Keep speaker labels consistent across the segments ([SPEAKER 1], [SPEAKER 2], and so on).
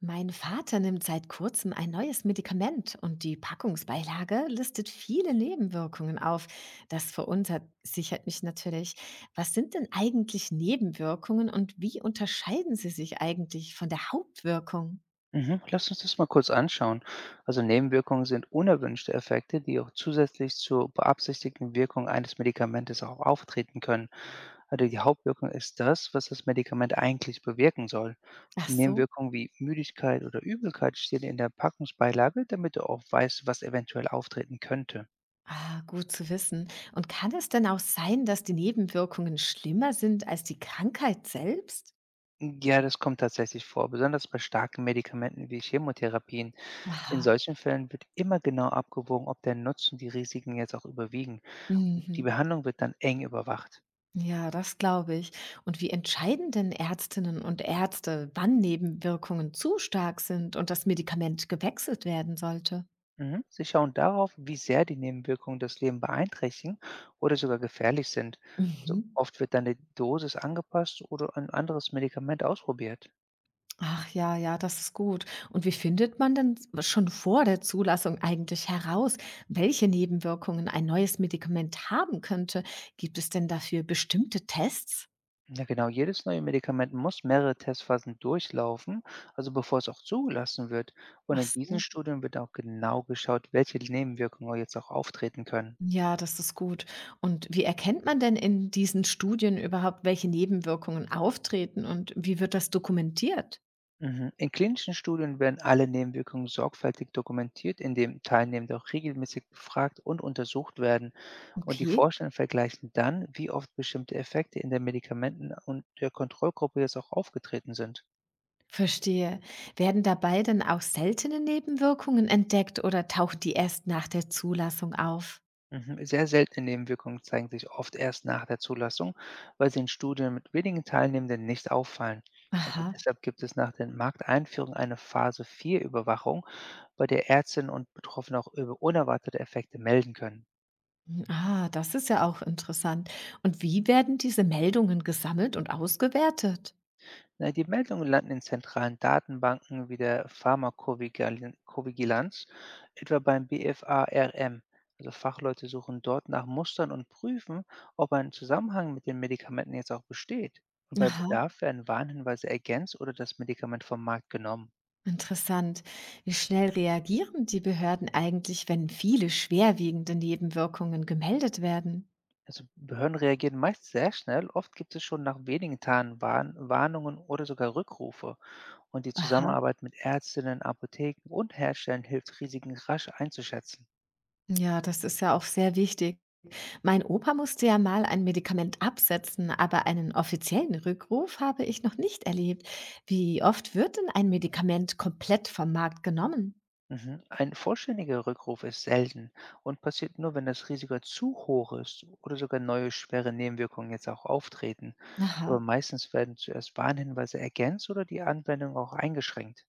[SPEAKER 1] Mein Vater nimmt seit kurzem ein neues Medikament und die Packungsbeilage listet viele Nebenwirkungen auf. Das verunsichert mich natürlich. Was sind denn eigentlich Nebenwirkungen und wie unterscheiden sie sich eigentlich von der Hauptwirkung?
[SPEAKER 2] Mhm. Lass uns das mal kurz anschauen. Also Nebenwirkungen sind unerwünschte Effekte, die auch zusätzlich zur beabsichtigten Wirkung eines Medikamentes auch auftreten können. Also die Hauptwirkung ist das, was das Medikament eigentlich bewirken soll.
[SPEAKER 1] Ach
[SPEAKER 2] Und
[SPEAKER 1] so.
[SPEAKER 2] Nebenwirkungen wie Müdigkeit oder Übelkeit stehen in der Packungsbeilage, damit du auch weißt, was eventuell auftreten könnte.
[SPEAKER 1] Ah, gut zu wissen. Und kann es denn auch sein, dass die Nebenwirkungen schlimmer sind als die Krankheit selbst?
[SPEAKER 2] Ja, das kommt tatsächlich vor, besonders bei starken Medikamenten wie Chemotherapien. In
[SPEAKER 1] Aha.
[SPEAKER 2] solchen Fällen wird immer genau abgewogen, ob der Nutzen die Risiken jetzt auch überwiegen. Und die
[SPEAKER 1] Mhm.
[SPEAKER 2] Behandlung wird dann eng überwacht.
[SPEAKER 1] Ja, das glaube ich. Und wie entscheiden denn Ärztinnen und Ärzte, wann Nebenwirkungen zu stark sind und das Medikament gewechselt werden sollte?
[SPEAKER 2] Mhm. Sie schauen darauf, wie sehr die Nebenwirkungen das Leben beeinträchtigen oder sogar gefährlich sind. Also
[SPEAKER 1] Mhm.
[SPEAKER 2] oft wird dann die Dosis angepasst oder ein anderes Medikament ausprobiert.
[SPEAKER 1] Ach ja, ja, das ist gut. Und wie findet man denn schon vor der Zulassung eigentlich heraus, welche Nebenwirkungen ein neues Medikament haben könnte? Gibt es denn dafür bestimmte Tests?
[SPEAKER 2] Ja, genau. Jedes neue Medikament muss mehrere Testphasen durchlaufen, also bevor es auch zugelassen wird. Und
[SPEAKER 1] Ach
[SPEAKER 2] in diesen
[SPEAKER 1] so.
[SPEAKER 2] Studien wird auch genau geschaut, welche Nebenwirkungen jetzt auch auftreten können.
[SPEAKER 1] Ja, das ist gut. Und wie erkennt man denn in diesen Studien überhaupt, welche Nebenwirkungen auftreten und wie wird das dokumentiert?
[SPEAKER 2] Mhm. In klinischen Studien werden alle Nebenwirkungen sorgfältig dokumentiert, indem Teilnehmende auch regelmäßig befragt und untersucht werden. Und die
[SPEAKER 1] Okay,
[SPEAKER 2] Forscher vergleichen dann, wie oft bestimmte Effekte in den Medikamenten und der Kontrollgruppe jetzt auch aufgetreten sind.
[SPEAKER 1] verstehe. Werden dabei dann auch seltene Nebenwirkungen entdeckt oder tauchen die erst nach der Zulassung auf?
[SPEAKER 2] Mhm. Sehr seltene Nebenwirkungen zeigen sich oft erst nach der Zulassung, weil sie in Studien mit wenigen Teilnehmenden nicht auffallen. Also
[SPEAKER 1] Aha.
[SPEAKER 2] deshalb gibt es nach der Markteinführung eine Phase 4 Überwachung, bei der Ärztinnen und Betroffene auch über unerwartete Effekte melden können.
[SPEAKER 1] Ah, das ist ja auch interessant. Und wie werden diese Meldungen gesammelt und ausgewertet?
[SPEAKER 2] Na, die Meldungen landen in zentralen Datenbanken wie der Pharmakovigilanz, etwa beim BFARM. Also Fachleute suchen dort nach Mustern und prüfen, ob ein Zusammenhang mit den Medikamenten jetzt auch besteht. Und bei
[SPEAKER 1] Aha.
[SPEAKER 2] Bedarf werden Warnhinweise ergänzt oder das Medikament vom Markt genommen.
[SPEAKER 1] Interessant. Wie schnell reagieren die Behörden eigentlich, wenn viele schwerwiegende Nebenwirkungen gemeldet werden?
[SPEAKER 2] Also Behörden reagieren meist sehr schnell. Oft gibt es schon nach wenigen Tagen Warnungen oder sogar Rückrufe. Und die
[SPEAKER 1] Aha.
[SPEAKER 2] Zusammenarbeit mit Ärztinnen, Apotheken und Herstellern hilft, Risiken rasch einzuschätzen.
[SPEAKER 1] Ja, das ist ja auch sehr wichtig. Mein Opa musste ja mal ein Medikament absetzen, aber einen offiziellen Rückruf habe ich noch nicht erlebt. Wie oft wird denn ein Medikament komplett vom Markt genommen?
[SPEAKER 2] Mhm. Ein vollständiger Rückruf ist selten und passiert nur, wenn das Risiko zu hoch ist oder sogar neue schwere Nebenwirkungen jetzt auch auftreten. Aber
[SPEAKER 1] Aha.
[SPEAKER 2] meistens werden zuerst Warnhinweise ergänzt oder die Anwendung auch eingeschränkt.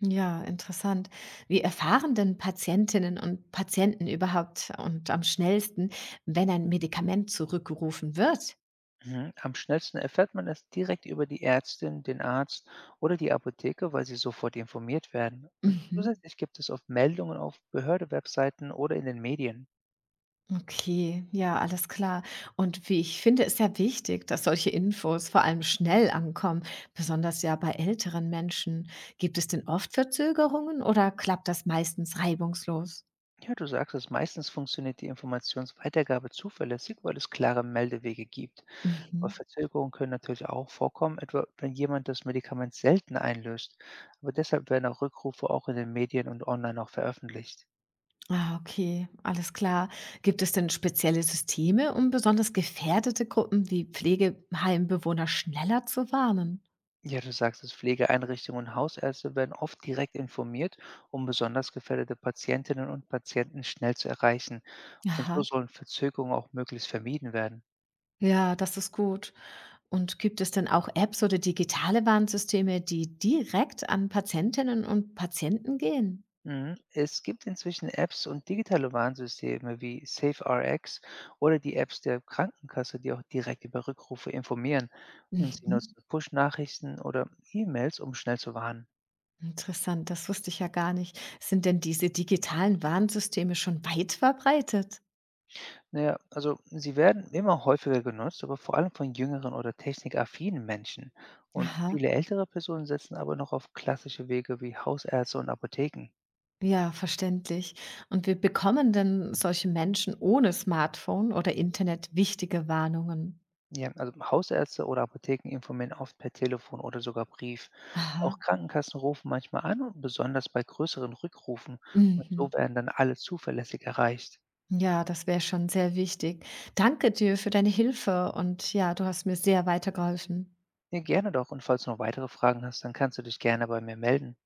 [SPEAKER 1] Ja, interessant. Wie erfahren denn Patientinnen und Patienten überhaupt und am schnellsten, wenn ein Medikament zurückgerufen wird?
[SPEAKER 2] Mhm. Am schnellsten erfährt man es direkt über die Ärztin, den Arzt oder die Apotheke, weil sie sofort informiert werden. Und
[SPEAKER 1] Mhm.
[SPEAKER 2] zusätzlich gibt es oft Meldungen auf Behörde-Webseiten oder in den Medien.
[SPEAKER 1] Okay, ja, alles klar. Und wie ich finde, ist ja wichtig, dass solche Infos vor allem schnell ankommen, besonders ja bei älteren Menschen. Gibt es denn oft Verzögerungen oder klappt das meistens reibungslos?
[SPEAKER 2] Ja, du sagst es, meistens funktioniert die Informationsweitergabe zuverlässig, weil es klare Meldewege gibt. Aber
[SPEAKER 1] Mhm.
[SPEAKER 2] Verzögerungen können natürlich auch vorkommen, etwa wenn jemand das Medikament selten einlöst. Aber deshalb werden auch Rückrufe auch in den Medien und online auch veröffentlicht.
[SPEAKER 1] Ah, okay, alles klar. Gibt es denn spezielle Systeme, um besonders gefährdete Gruppen wie Pflegeheimbewohner schneller zu warnen?
[SPEAKER 2] Ja, du sagst es, Pflegeeinrichtungen und Hausärzte werden oft direkt informiert, um besonders gefährdete Patientinnen und Patienten schnell zu erreichen. Und so
[SPEAKER 1] Aha.
[SPEAKER 2] sollen Verzögerungen auch möglichst vermieden werden.
[SPEAKER 1] Ja, das ist gut. Und gibt es denn auch Apps oder digitale Warnsysteme, die direkt an Patientinnen und Patienten gehen?
[SPEAKER 2] Mhm. Es gibt inzwischen Apps und digitale Warnsysteme wie SafeRx oder die Apps der Krankenkasse, die auch direkt über Rückrufe informieren. Und sie
[SPEAKER 1] Mhm.
[SPEAKER 2] nutzen Push-Nachrichten oder E-Mails, um schnell zu warnen.
[SPEAKER 1] Interessant, das wusste ich ja gar nicht. Sind denn diese digitalen Warnsysteme schon weit verbreitet?
[SPEAKER 2] Naja, also sie werden immer häufiger genutzt, aber vor allem von jüngeren oder technikaffinen Menschen. Und
[SPEAKER 1] Aha,
[SPEAKER 2] viele ältere Personen setzen aber noch auf klassische Wege wie Hausärzte und Apotheken.
[SPEAKER 1] ja, verständlich. Und wie bekommen denn solche Menschen ohne Smartphone oder Internet wichtige Warnungen?
[SPEAKER 2] Ja, also Hausärzte oder Apotheken informieren oft per Telefon oder sogar Brief. Auch
[SPEAKER 1] Aha.
[SPEAKER 2] Krankenkassen rufen manchmal an und besonders bei größeren Rückrufen und
[SPEAKER 1] Mhm.
[SPEAKER 2] so werden dann alle zuverlässig erreicht.
[SPEAKER 1] Ja, das wäre schon sehr wichtig. Danke dir für deine Hilfe und ja, du hast mir sehr weitergeholfen.
[SPEAKER 2] Ja, gerne doch und falls du noch weitere Fragen hast, dann kannst du dich gerne bei mir melden.